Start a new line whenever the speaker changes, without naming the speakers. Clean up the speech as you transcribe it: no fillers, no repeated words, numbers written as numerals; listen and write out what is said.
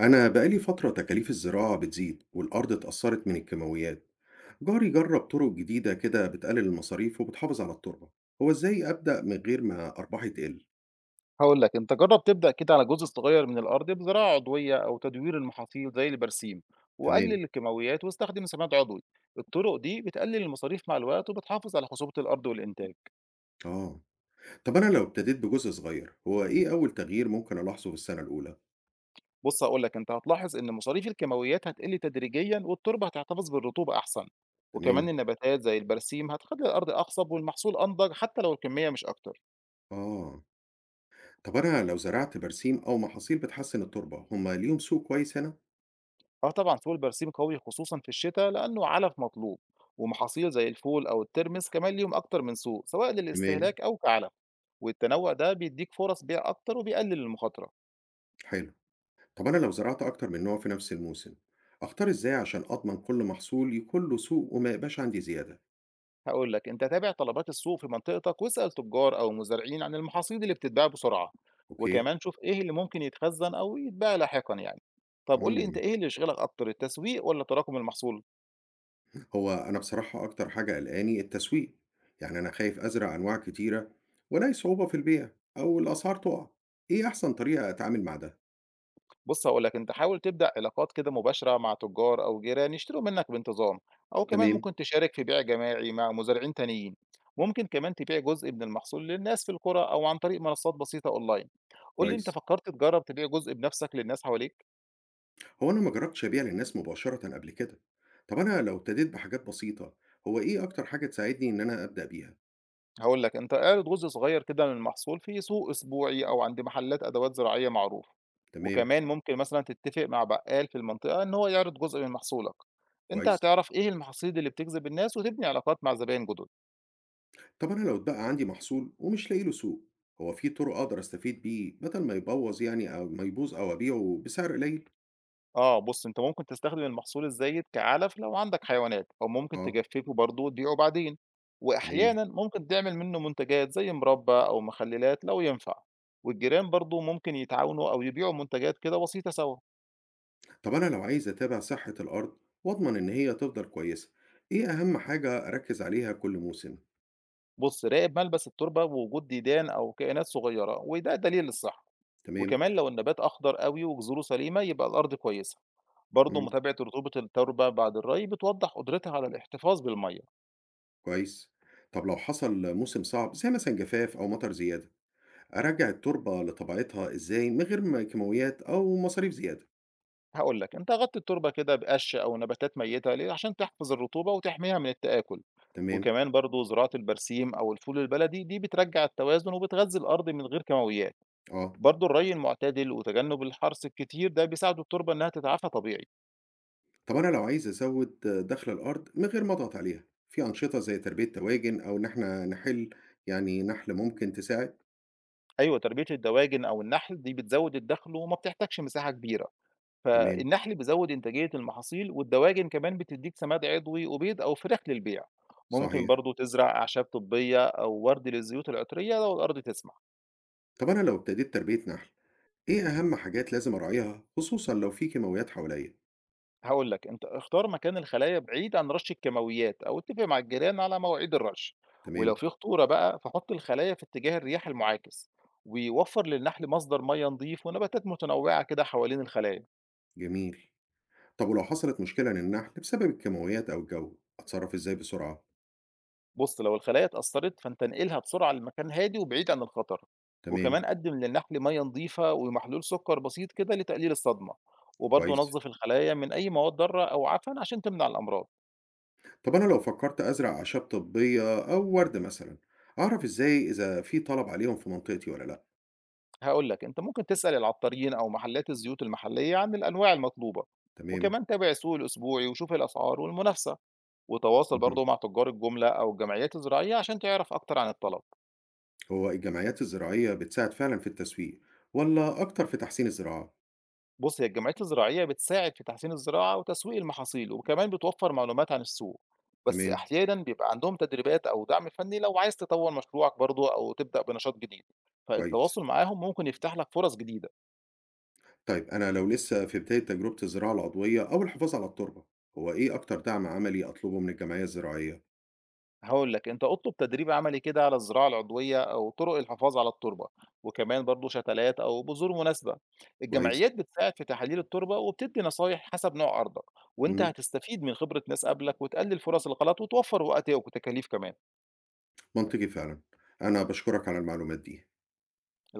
أنا بقالي فترة تكاليف الزراعة بتزيد والأرض اتأثرت من الكيماويات، جاري جرب طرق جديدة كده بتقلل المصاريف وبتحافظ على التربة، هو إزاي أبدأ من غير ما أرباحي تقل؟
هاقول لك، أنت جرّب تبدأ كده على جزء صغير من الأرض بزراعة عضوية أو تدوير المحاصيل زي البرسيم،
تمام.
وقلل الكيماويات واستخدم سماد عضوي، الطرق دي بتقلل المصاريف مع الوقت وبتحافظ على خصوبة الأرض والإنتاج،
آه. طب أنا لو ابتديت بجزء صغير، هو إيه أول تغيير ممكن ألاحظه في السنة الأولى؟
بُص هاقول لك، أنت هتلاحظ إن مصاريف الكيماويات هتقل تدريجيًا والتربة هتحتفظ بالرطوبة أحسن، وكمان
تمام.
النباتات زي البرسيم هتخلّي الأرض أقصب والمحصول أنضج حتى لو الكمية مش أكتر،
آه. طب أنا لو زرعت برسيم أو محاصيل بتحسن التربة، هما ليهم سوق كويس هنا؟
آه طبعًا سوق البرسيم قوي خصوصًا في الشتا لأنه علف مطلوب، ومحاصيل زي الفول أو الترمس كمان ليهم أكتر من سوق، سواء
تمام.
للاستهلاك أو كعلف. والتنوع ده بيدّيك فرص بيع أكتر وبيقلل المخاطرة.
حلو. طب أنا لو زرعت أكتر من نوع في نفس الموسم، أختار إزاي عشان أضمن كل محصول يكون له سوق وما يبقاش عندي زيادة؟
هاقول لك، أنت تابع طلبات السوق في منطقتك واسأل تجار أو مزارعين عن المحاصيل اللي بتتباع بسرعة،
أوكي.
وكمان شوف إيه اللي ممكن يتخزن أو يتباع لاحقًا يعني. طب قُل لي أنت
إمم،
إيه اللي يشغلك أكتر، التسويق والّا تراكم المحصول؟
هو أنا بصراحة أكتر حاجة قلقاني التسويق، يعني أنا خايف أزرع أنواع كتيرة وألاقي صعوبة في البيع أو الأسعار تُقع، إيه أحسن طريقة أتعامل مع ده؟
بُص هاقول لك، أنت حاول تبدأ علاقات كده مباشرة مع تجار أو جيران يشتروا منك بانتظام، أو كمان
تمام.
ممكن تشارك في بيع جماعي مع مزارعين تانيين. ممكن كمان تبيع جزء من المحصول للناس في القرى أو عن طريق منصات بسيطة أونلاين. قُل لي أنت
كويس.
فكّرت تجرّب تبيع جزء بنَفْسك للناس حواليك؟
هو أنا ما جربتش أبيع للناس مباشرة قبل كده، طب أنا لو ابتديت بحاجات بسيطة، هو إيه أكتر حاجة تساعدني إن أنا أبدأ بيها؟
هاقول لك، أنت اعرض جزء صغير كده من المحصول في سوق أسبوعي أو عند محلات أدوات زراعية معروفة،
تمام.
وكمان ممكن مثلًا تتّفق مع بقّال في المنطقة إن هو يعرض جزء من محصولك، أنت
كويس.
هتعرف إيه المحاصيل اللي بتجذب الناس وتبني علاقات مع زباين جدد.
طب أنا لو اتبقى عندي محصول ومش لاقي له سوق، هو في طرق أقدر أستفيد بيه بدل ما يبوظ يعني أو ما يبوظ أو أبيعه بسعر قليل؟
آه، بُص أنت ممكن تستخدم المحصول الزايد كعلف لو عندك حيوانات، أو ممكن
آه.
تجففه برضه وتبيعه بعدين،
تمام.
وأحيانًا ممكن تعمل منه منتجات زي مربى أو مخللات لو ينفع، والجيران برضه ممكن يتعاونوا أو يبيعوا منتجات كده بسيطة سوا،
طب أنا لو عايز أتابع صحة الأرض وأضمن إن هي تفضل كويسة، إيه أهم حاجة أركز عليها كل موسم؟
بُص راقب ملبس التربة ووجود ديدان أو كائنات صغيرة وده دليل الصحة،
تمام؟
وكمان لو النبات أخضر أوي وجذوره سليمة يبقى الأرض كويسة، برضه
إمم،
متابعة رطوبة التربة بعد الري بتوضح قدرتها على الاحتفاظ بالمية.
كويس. طب لو حصل موسم صعب زي مثلًا جفاف أو مطر زيادة، أرجع التربة لطبيعتها إزاي من غير ما كيماويات أو مصاريف زيادة؟
هاقول لك، أنت غطّي التربة كده بقَش أو نباتات ميتة ليه؟ عشان تحفظ الرطوبة وتحميها من التآكل،
تمام.
وكمان برضه زراعة البرسيم أو الفول البلدي دي بترجّع التوازن وبتغذّي الأرض من غير كيماويات،
آه.
برضه الري المعتدل وتجنب الحرث الكتير ده بيساعد التربة إنها تتعافى طبيعي،
طب أنا لو عايز أزود دخل الأرض من غير ما أضغط عليها، في أنشطة زي تربية توازن أو إن إحنا نحل يعني نحل ممكن تساعد؟
أيوه تربية الدواجن أو النحل دي بتزوّد الدخْل وما بتحتاجش مساحة كبيرة،
تمام.
فالنحل بيزوّد إنتاجية المحاصيل والدواجن كمان بتدّيك سماد عضوي وبيض أو فراخ للبيع، ممكن
صحيح.
برضه تزرع أعشاب طبية أو ورد للزيوت العطرية لو الأرض تسمح.
طب أنا لو ابتديت تربية نحل إيه أهم حاجات لازم أراعيها خصوصًا لو في كيماويات حواليّا؟
هاقول لك، أنت اختار مكان الخلايا بعيد عن رش الكيماويات أو اتفق مع الجيران على مواعيد الرش، ولو
تمام.
في خطورة بقى فحُط الخلايا في اتجاه الرياح المعاكس، ووفّر للنحل مصدر مَيّة نضيف ونباتات متنوعة كده حوالين الخلايا.
جميل. طب ولو حصلت مشكلة للنحل بسبب الكيماويات أو الجو، أتصرف إزاي بسرعة؟
بُص، لو الخلايا اتأثّرت فأنت انقلها بسرعة لمكان هادي وبعيد عن الخطر، وكمان
تمام.
قدّم للنحل مَيّة نضيفة ومحلول سكر بسيط كده لتقليل الصدمة، وبرضه
كويس.
نظّف الخلايا من أي مواد ضارة أو عفن عشان تمنع الأمراض.
طب أنا لو فكرت أزرع أعشاب طبية أو ورد مثلًا، أعرف إزاي إذا في طلب عليهم في منطقتي والّا لأ؟
هاقول لك، أنت ممكن تسأل العطارين أو محلات الزيوت المحلية عن الأنواع المطلوبة،
تمام.
وكمان تابع السوق الأسبوعي وشوف الأسعار والمنافسة، وتواصل
اهم.
برضه مع تجار الجملة أو الجمعيات الزراعية عشان تعرف أكتر عن الطلب.
هو الجمعيات الزراعية بتساعد فعلًا في التسويق والّا أكتر في تحسين الزراعة؟
بُص، هي الجمعيات الزراعية بتساعد في تحسين الزراعة وتسويق المحاصيل، وكمان بتوفر معلومات عن السوق، بس
تمام.
أحيانًا بيبقى عندهم تدريبات أو دعم فني لو عايز تطور مشروعك برضه أو تبدأ بنشاط جديد،
كويس.
فالتواصل معاهم ممكن يفتح لك فرص جديدة.
طيب أنا لو لسه في بداية تجربة الزراعة العضوية أو الحفاظ على التربة، هو إيه أكتر دعم عملي أطلبه من الجمعية الزراعية؟
هاقول لك، أنت اطلب تدريب عملي كده على الزراعة العضوية أو طرق الحفاظ على التربة، وكمان برضه شتلات أو بذور مناسبة.
كويس؟
الجمعيات بتساعد في تحاليل التربة وبتدي نصايح حسب نوع أرضك، وأنت
مم.
هتستفيد من خبرة ناس قبلك وتقلل فرص الغلط وتوفر وقت وتكاليف كمان.
منطقي فعلا، أنا بشكرك على المعلومات دي.